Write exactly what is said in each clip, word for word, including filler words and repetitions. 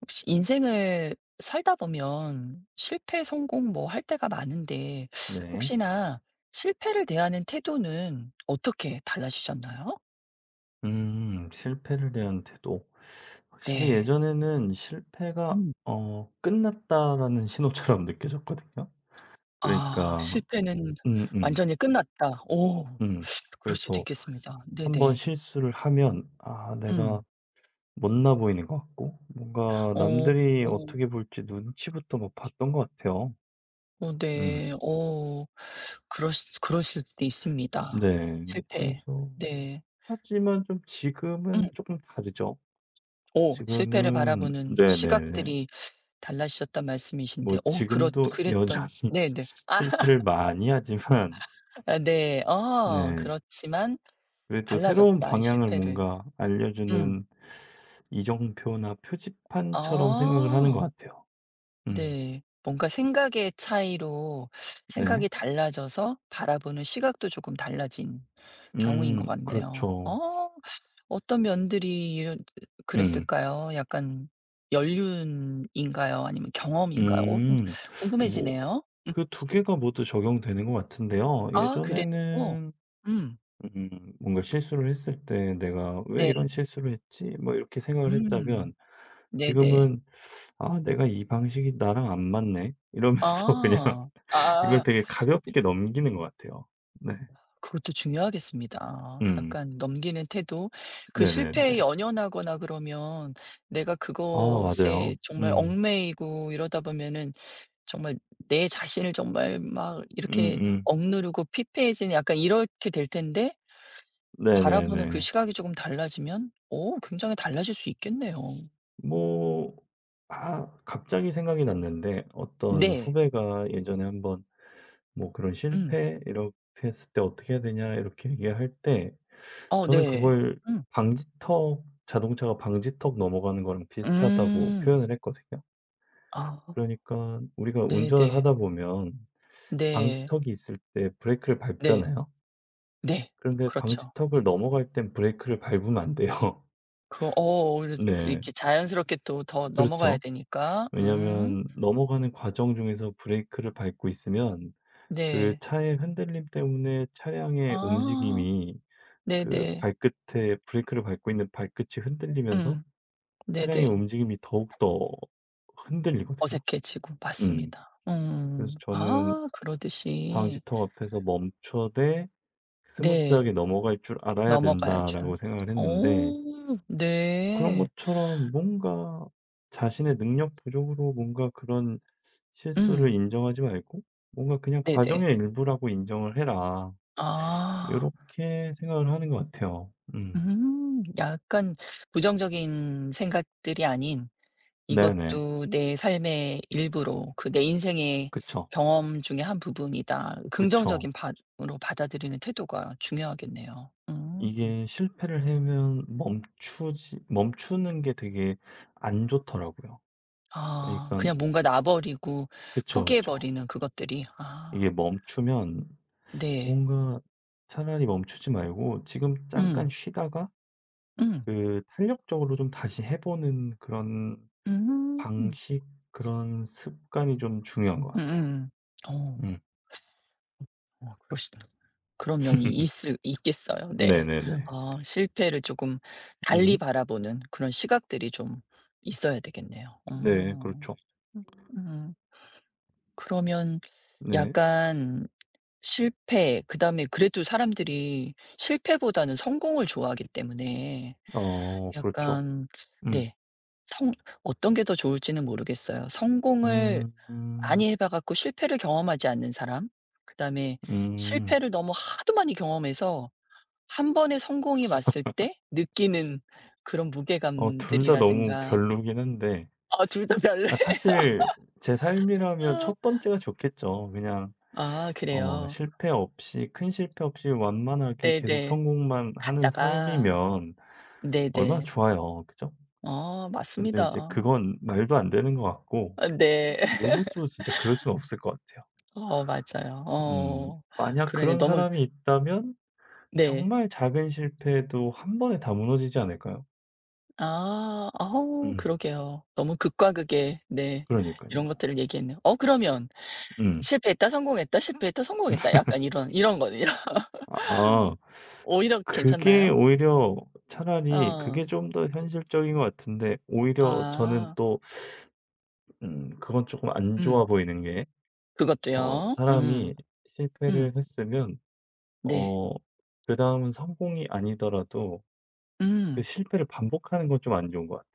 혹시 인생을 살다 보면 실패, 성공 뭐 할 때가 많은데 네. 혹시나 실패를 대하는 태도는 어떻게 달라지셨나요? 음 실패를 대한 태도. 확실히 네. 예전에는 실패가 음. 어 '끝났다.'라는 신호처럼 느껴졌거든요. 아 그러니까 실패는 음음 음. 완전히 끝났다. 오. 음. 그럴 수도 그래서 있겠습니다. 한 번 네네. 실수를 하면 아 내가 음. 못나 보이는 것 같고 뭔가 어. 남들이 어 어떻게 볼지 눈치부터 막 봤던 것 같아요. 어, 음 네. 어. 그러수 그러실 수도 있습니다. 네. 실패. 그래서 네. 하지만 좀 음. 지금은 조금 다르죠. 오 실패를 지금은 바라보는 네네네. 시각들이 달라지셨단 뭐 말씀이신데 어 그렇 지금도 그랬던 여전히 네네. 아 실패를 많이 하지만 네. 어 네. 그렇지만 그래도 새로운 달라졌다 이 방향을 실패를. 뭔가 음. 알려주는 이정표나 표지판처럼 생각을 하는 것 아 같아요. 음. 네. 뭔가 생각의 차이로 네. 생각이 달라져서 바라보는 시각도 조금 달라진 경우인 것 음. 같네요. 그렇죠. 어 어떤 면들이 이런 음. 그랬을까요? 약간 연륜인가요? 아니면 경험인가요? 어 음. 뭐 궁금해지네요. 음. 그 두 개가 모두 적용되는 것 같은데요. 아 그래요? 예전에는 음. 음 뭔가 실수를 했을 때 '내가 왜 네. 이런 실수를 했지?' 뭐 이렇게 생각을 음. 했다면 네네. 지금은 '아 내가 이 방식이 나랑 안 맞네.' 이러면서 그냥 아. 이걸 아. 되게 가볍게 넘기는 것 같아요. 네. 그것도 중요하겠습니다. 음. 약간 넘기는 태도. 그 네네네. 실패에 연연하거나 그러면 내가 아 맞아요. 그것에 정말 음. 얽매이고 이러다 보면은 정말 내 자신을 정말 막 이렇게 음음. 억누르고 피폐해지는 약간 이렇게 될 텐데 바라보는 그 네네네. 시각이 조금 달라지면 어 굉장히 달라질 수 있겠네요. 뭐 아 갑자기 생각이 났는데 어떤 네. 후배가 예전에 한번 뭐 그런 음. "실패 이렇게 했을 때 어떻게 해야 되냐." 이렇게 얘기할 때 어 저는 네. 그걸 음. 방지턱 자동차가 방지턱 넘어가는 거랑 비슷하다고 음. 표현을 했거든요. 아. 그러니까 우리가 운전을 네네. 하다 보면 네. 방지턱이 있을 때 브레이크를 네. 밟잖아요. 네. 그런데 그렇죠. 방지턱을 넘어갈 땐 브레이크를 밟으면 안 돼요. 그 어 오히려 네. 이렇게 자연스럽게 또 더 넘어가야 그렇죠. 되니까. 음. 왜냐하면 넘어가는 과정 중에서 브레이크를 밟고 있으면 그 네. 차의 흔들림 때문에 차량의 아. 움직임이 그 네네. 발끝에 브레이크를 밟고 있는 발끝이 흔들리면서 음. 차량의 네네. 움직임이 더욱더 흔들리거든요. 어색해지고. 음. 맞습니다. 그래서 음. 저는 아 그러듯이. 방지턱 앞에서 멈춰되 네. '스무스하게 넘어갈 줄 알아야 넘어가야 된다.'라고 준. 생각을 어 했는데 그런 네. 것처럼 뭔가 자신의 능력 부족으로 뭔가 그런 실수를 음. 인정하지 말고 뭔가 '그냥 네네. 과정의 일부라고 인정을 해라.' 아. 요렇게 생각을 하는 것 같아요. 음. 음. 약간 부정적인 생각들이 아닌 네네. 이것도 내 삶의 일부로 그 내 인생의 그쵸, 경험 중에 한 부분이다. 그쵸. 긍정적인 바 으로 받아들이는 태도가 중요하겠네요. 음. 이게 실패를 하면 멈추지 멈추는 게 되게 안 좋더라고요. 그러니아 까 그냥 뭔가 놔 버리고 그쵸, 포기해 그쵸. 버리는 그것들이. 아 이게 멈추면 네. 뭔가 차라리 멈추지 말고 지금 잠깐 음. 쉬다가 음. 그 탄력적으로 좀 다시 해 보는 그런 음. 방식 그런 습관이 좀 중요한 것 같아요. 음음. 어. 음. 어 그러시 그런 면이 있을 있겠어요. 네. 네네네. 아 실패를 조금 달리 음. 바라보는 그런 시각들이 좀 있어야 되겠네요. 어. 네. 그렇죠. 음. 그러면 네. 약간 실패 그다음에 그래도 사람들이 실패보다는 성공을 좋아하기 때문에 어 그렇죠. 약간 음. 네. 성 어떤 게 더 좋을지는 모르겠어요. 성공을 음. 음. 많이 해봐 갖고 실패를 경험하지 않는 사람, 그다음에 음. 실패를 너무 하도 많이 경험해서 한 번의 성공이 왔을 때 느끼는 그런 어 둘 다 너무 무게감들이라든가 별로긴 한데 아 둘 다 별로예요. 아 사실 제 삶이라면 첫 번째가 좋겠죠. 그냥 아 어 그래요. 실패 없이 큰 실패 없이 완만하게 계속 네네. 성공만 하는 갔다가 삶이면 얼마나 네네. 좋아요. 그죠? 아 근데 이제 맞습니다. 그건 말도 안 되는 것 같고 아 네. 누구도 진짜 그럴 수는 없을 것 같아요. 어 맞아요. 음 어. 만약 그러네. 그런 너무 사람이 있다면 네. 정말 작은 실패도 한 번에 다 무너지지 않을까요? 아. 아우 음 그러게요. 너무 극과 극의 네 그러니까요. 이런 것들을 얘기했네요. 어 그러면 음. "실패했다. 성공했다. 실패했다. 성공했다." 약간 이런 이런 거네요 아 오히려 그게 괜찮나요? 오히려 차라리 어. 그게 좀 더 현실적인 것 같은데 오히려 저는 아. 또 음 그건 조금 안 좋아 음. 보이는 게 어 그것도요? 음. 사람이 음. 실패를 했으면 네. 어 그다음은 성공이 아니더라도 그 음. 실패를 반복하는 건 좀 안 좋은 것 같아요.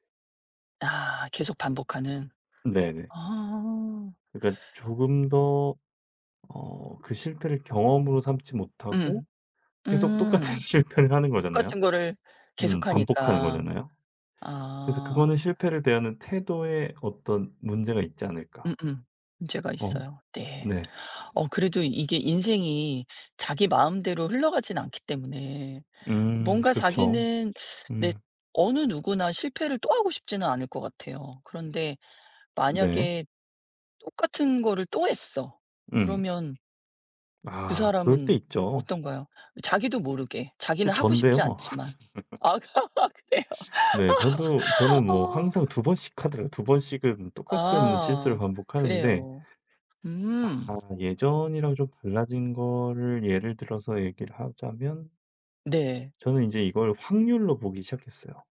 아 계속 반복하는. 네네. 아. 그러니까 조금 더 어 그 실패를 경험으로 삼지 못하고 음. 계속 똑같은 음. 실패를 하는 거잖아요. 똑같은 거를 음 반복하는 계속하니까. 거잖아요. 그래서 아. 그거는 실패를 대하는 태도에 어떤 문제가 있지 않을까. 음음. 문제가 어 있어요. 네. 네. 어 그래도 이게 인생이 자기 마음대로 흘러가진 않기 때문에 음 뭔가 그렇죠. 자기는 네 음 어느 누구나 실패를 또 하고 싶지는 않을 것 같아요. 그런데 네. 만약에 똑같은 거를 또 했어. 음. 그러면 그 아 그럴 때 사람은 있죠. 어떤가요? 자기도 모르게 그 자기는 하고 싶지 전데요. 않지만. 아 그래요? 네. 저도 저는 뭐 어. 항상 두 번씩 하더라고요. 두 번씩은 똑같은 실수를 아. 반복하는데 그래요. 아 음. 예전이랑 좀 달라진 거를 예를 들어서 얘기를 하자면 네. 저는 이제 이걸 확률로 보기 시작했어요.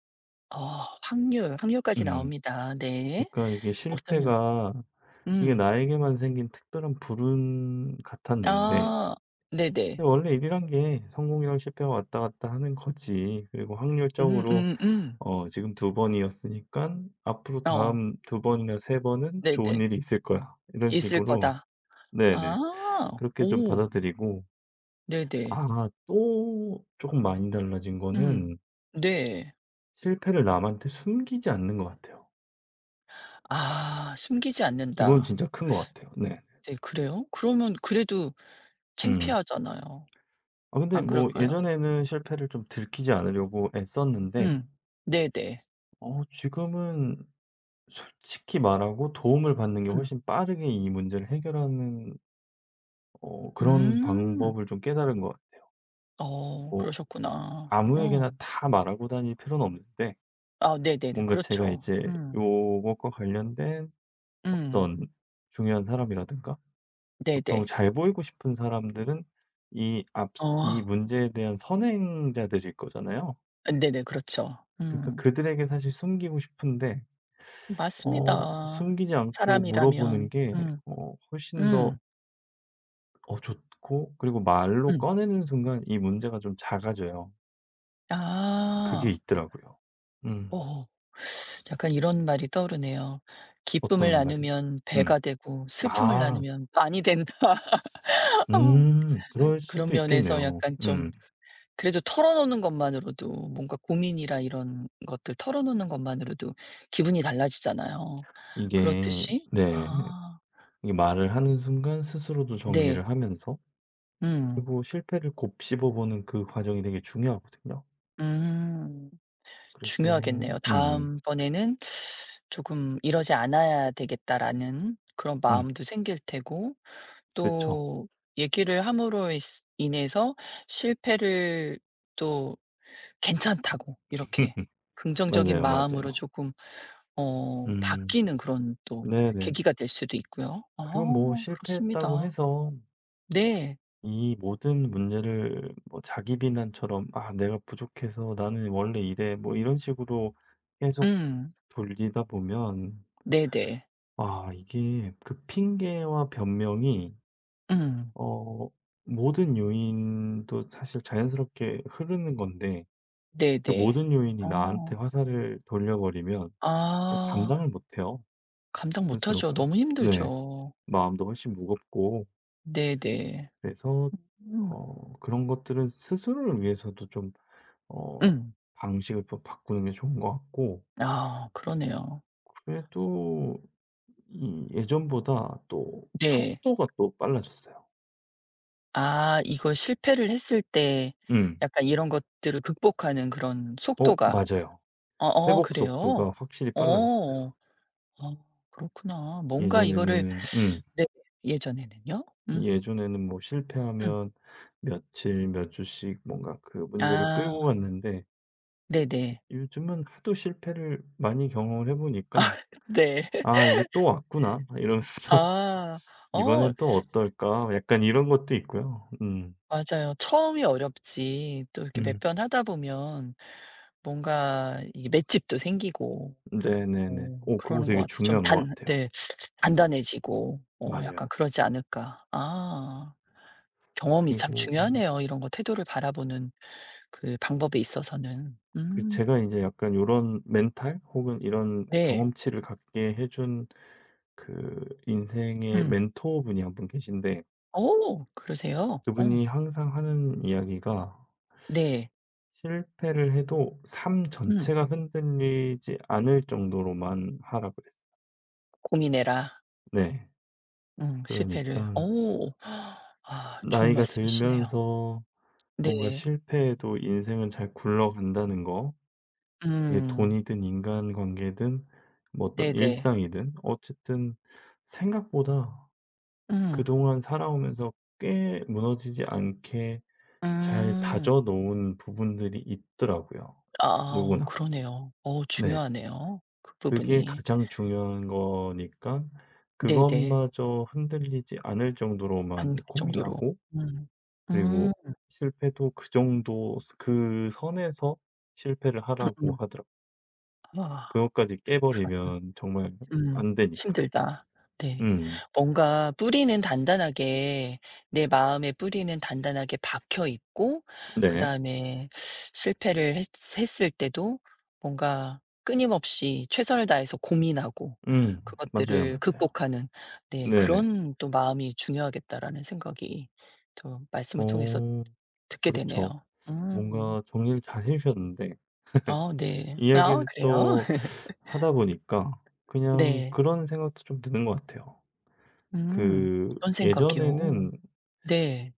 아 확률, 확률까지 음. 나옵니다. 네. 그러니까 이게 어떠면 실패가 이게 음. 나에게만 생긴 특별한 불운 같았는데 아 네네. 원래 일이란 게 성공이랑 실패가 왔다 갔다 하는 거지. 그리고 확률적으로 음음음. 어 지금 두 번이었으니까 앞으로 어 다음 두 번이나 세 번은 좋은 네네. 일이 있을 거야. 이런 있을 식으로 거다. 네네. 아 그렇게 좀 오 받아들이고 네네. 아 또 조금 많이 달라진 음. 거는 네. 실패를 남한테 숨기지 않는 것 같아요. 아 숨기지 이건 않는다. 진짜 큰 것 같아요. 네. 네 그래요? 그러면 그래도 음. 창피하잖아요. 아 근데 안 뭐 그럴까요? 예전에는 실패를 좀 들키지 않으려고 애썼는데 음. 네네. 어 지금은 솔직히 말하고 도움을 받는 게 음. 훨씬 빠르게 이 문제를 해결하는 어 그런 음. 방법을 좀 깨달은 것 같아요. 어 뭐 그러셨구나. 어. 아무에게나 다 말하고 다닐 필요는 없는데 아 네네네. 뭔가 제가 그렇죠. 이제 음. 요것과 관련된 음. 어떤 중요한 사람이라든가 보통 네네. 잘 보이고 싶은 사람들은 이 앞 이 어. 문제에 대한 선행자들일 거잖아요. 네네. 그렇죠. 그러니까 음. 그들에게 사실 숨기고 싶은데 어 맞습니다. 숨기지 않고 물어보는 사람이라면. 게 음. 어 훨씬 더 음. 어 좋고 그리고 말로 음. 꺼내는 순간 이 문제가 좀 작아져요. 그게 아. 있더라고요. 음. 어. 약간 이런 말이 떠오르네요. "기쁨을 어떤 말이 나누면 음. 배가 되고 슬픔을 아. 나누면 반이 된다." 어. 음. 그럴 그런 수도 면에서 있겠네요. 약간 좀 음. 그래도 털어놓는 것만으로도 뭔가 고민이나 이런 것들 털어놓는 것만으로도 기분이 달라지잖아요. 이게 그렇듯이 네. 아. 이 말을 하는 순간 스스로도 네. 정리를 하면서 음. 그리고 실패를 곱씹어 보는 그 과정이 되게 중요하거든요. 음. 그래서 중요하겠네요. 음. '다음번에는 조금 이러지 않아야 되겠다.'라는 그런 음. 마음도 생길 테고 그쵸. 또 얘기를 함으로 있 인해서 실패를 또 괜찮다고 이렇게 긍정적인 맞아요, 마음으로 맞아요. 조금 어 음. 바뀌는 그런 또 네네. 계기가 될 수도 있고요. 아 그리고 뭐 실패했다고 그렇습니다. 해서 네. 이 모든 문제를 뭐 자기 비난처럼 '아 내가 부족해서 나는 원래 이래.' 뭐 이런 식으로 계속 음. 돌리다 보면 네네. 아 이게 그 핑계와 변명이 음. 어 모든 요인도 사실 자연스럽게 흐르는 건데 그 네네. 모든 요인이 나한테 어. 화살을 돌려버리면 아. 감당을 못해요, 감당 못하죠. 스스로가. 너무 네. 힘들죠. 마음도 훨씬 무겁고 네네. 그래서 음. 어 그런 것들은 스스로를 위해서도 좀 어 음. 방식을 좀 바꾸는 게 좋은 것 같고 아 그러네요. 그래도 이 예전보다 또 네. 속도가 또 빨라졌어요. 아 이거 실패를 했을 때 음. 약간 이런 것들을 극복하는 그런 어 속도가 맞아요. 어어 회복 속도가 그래요? 확실히 어. 빨라졌어요. 아 그렇구나. 뭔가 이거를 예전에는 음. 네 예전에는요? 음. 예전에는 뭐 음. 실패하면 며칠, 몇 주씩 뭔가 그 문제를 끌고 아 갔는데 네네. 요즘은 하도 실패를 많이 경험을 해 보니까 네. '아 이게 또 왔구나.' 이러면서 아. 어 '이번엔 또 어떨까?' 약간 이런 것도 있고요. 음. 맞아요. 처음이 어렵지. 또 이렇게 몇 음. 번 하다 보면 뭔가 이 맷집도 생기고 네네네. 어 오, 그거 그러는 것 되게 같아요. 좀 중요한 것 단 같아요. 네. 음. 단단해지고 어 맞아요. 약간 그러지 않을까. 아 경험이 그리고 참 중요하네요, 이런 거 태도를 바라보는 그 방법에 있어서는. 그 음 제가 이제 약간 이런 멘탈 혹은 이런 네. 경험치를 갖게 해준 그 인생의 음. 멘토분이 한 분 계신데 오 그러세요? 어 그분이 항상 하는 이야기가 네. "실패를 해도 삶 음. 전체가 흔들리지 않을 정도로만 하라." 그랬어요. 고민해라. 네. 음 그러니 실패를. 까 오, 아 좋은 나이가 말씀이시네요. 들면서 뭔가 네. 실패해도 인생은 잘 굴러간다는 거 이게 음. 돈이든 인간관계든 뭐 어떤 네네. 일상이든 어쨌든 생각보다 음. 그동안 살아오면서 꽤 무너지지 않게 잘 음. 다져 놓은 부분들이 있더라고요, 아 누구나. 그러네요. 어 네. 중요하네요, 그 그게 부분이. 가장 중요한 거니까 네네. 그것마저 흔들리지 않을 정도로만 반 정도로. 고민하고 음. 음. 그리고 실패도 그 정도 그 선에서 실패를 하라고 음음. 하더라고요. 와 그것까지 그러네요. 깨버리면 정말 음. 안 되니까. 힘들다. 네. 음. 뭔가 뿌리는 단단하게 내 마음의 뿌리는 단단하게 박혀 있고 네. 그다음에 실패를 했 했을 때도 뭔가 끊임없이 최선을 다해서 고민하고 음. 맞아요, 그것들을 맞아요. 극복하는 네 네네. 그런 또 마음이 중요하겠다라는 생각이 또 말씀을 통해서 어. 듣게 되네요. 그렇죠. 음. 뭔가 정리를 잘해 주셨는데 아 네. 아 이야기를 그래요? 또 하다 보니까 그냥 네. 그런 생각도 좀 드는 것 같아요. 음. 그 어떤 예전에는 생각이요? 네.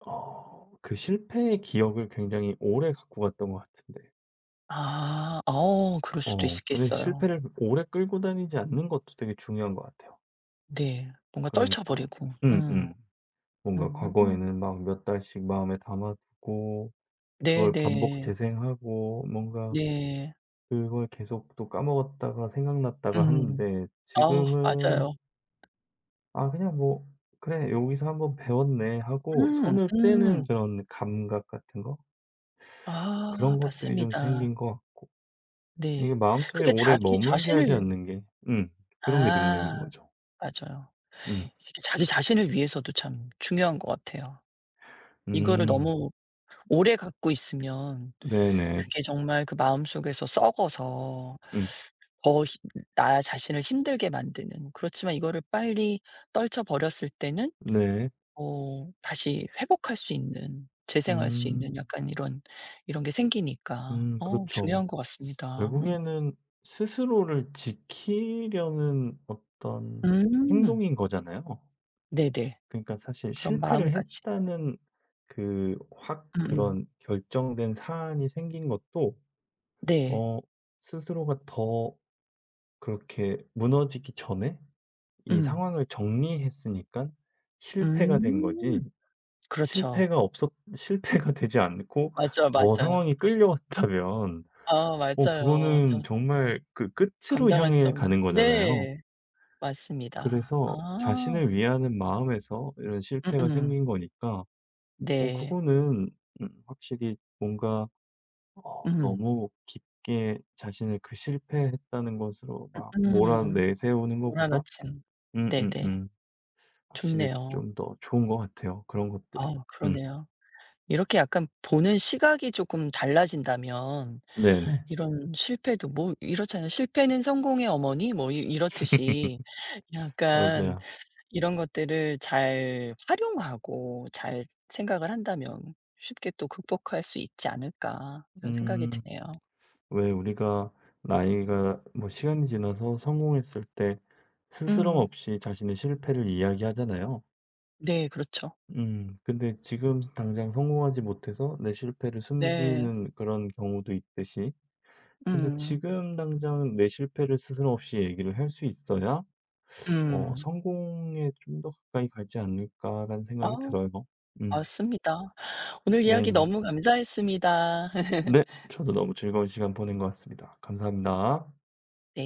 어 그 실패의 기억을 굉장히 오래 갖고 갔던 것 같은데 아. 어 그럴 수도 어 근데 있겠어요. 실패를 오래 끌고 다니지 않는 것도 되게 중요한 것 같아요. 네. 뭔가 떨쳐 그러니까 버리고. 음. 음음. 뭔가 음. 과거에는 막 몇 달씩 마음에 담아 두고 네네. 그걸 반복 네. 재생하고 뭔가 네. 그걸 계속 또 까먹었다가 생각났다가 음. 하는데 아우 지금은 맞아요. 아 그냥 뭐 '그래 여기서 한번 배웠네.' 하고 음. 손을 떼는 음. 그런 감각 같은 거? 아 그런 것들이 좀 맞습니다. 생긴 것 같고 이게 네. 마음속에 그게 오래 자기 머물게 하지 자신을 않는 게 음 그런 게 능력인 아 거죠. 맞아요. 음. 이게 자기 자신을 위해서도 참 중요한 것 같아요. 이거를 음. 너무 오래 갖고 있으면 네네. 그게 정말 그 마음속에서 썩어서 음. 더 힘 나 자신을 힘들게 만드는 그렇지만 이거를 빨리 떨쳐 버렸을 때는 네. 어 다시 회복할 수 있는 재생할 수 음. 있는 약간 이런, 이런 게 생기니까 음 어 그렇죠. 중요한 것 같습니다. 음. 결국에는 스스로를 지키려는 어떤 음. 행동인 거잖아요. 네네. 그러니까 사실 그런 실패를 마음가짐. 했다는 그 확 음음. 그런 결정된 사안이 생긴 것도 네. 어 스스로가 더 그렇게 무너지기 전에 이 음. 상황을 정리했으니깐 실패가 된 거지 음. 그렇죠. 실패가 없었 실패가 되지 않고 맞아요, 더 맞아요. 상황이 끌려왔다면 아 어 맞아요. 그거는 정말 그 끝으로 감당할 수 향해 없는 가는 거잖아요. 네. 맞습니다. 그래서 아. 자신을 위하는 마음에서 이런 실패가 음음. 생긴 거니까 어 네. 그거는 음 확실히 뭔가 어, 음. 너무 깊게 자신을 그 실패했다는 것으로 막 음. 몰아내세우는 것보다, 몰아넣진. 음, 음, 네네. 음, 확실히 좋네요. 좀 더 좋은 것 같아요. 그런 아 것들이. 음, 그러네요. 이렇게 약간 보는 시각이 쪼끔 달라진다면 네네. 이런 실패도 뭐 이렇잖아요. "실패는 성공의 어머니." 뭐 이 이렇듯이 약간 맞아요. 이런 것들을 잘 활용하고 잘 생각을 한다면 쉽게 또 극복할 수 있지 않을까 이런 생각이 음, 드네요. 왜 우리가 나이가 뭐 시간이 지나서 성공했을 때 스스럼 음. 없이 자신의 실패를 이야기하잖아요. 네 그렇죠. 음, 근데 지금 당장 성공하지 못해서 내 실패를 네. 숨기는 그런 경우도 있듯이 근데 음. 지금 당장 내 실패를 스스럼 없이 얘기를 할 수 있어야 어 음. '성공에 좀 더 가까이 가지 않을까.'라는 아 생각이 들어요. 음. 맞습니다. 오늘 이야기 네네. 너무 감사했습니다. 네. 저도 너무 즐거운 시간 보낸 것 같습니다. 감사합니다. 네.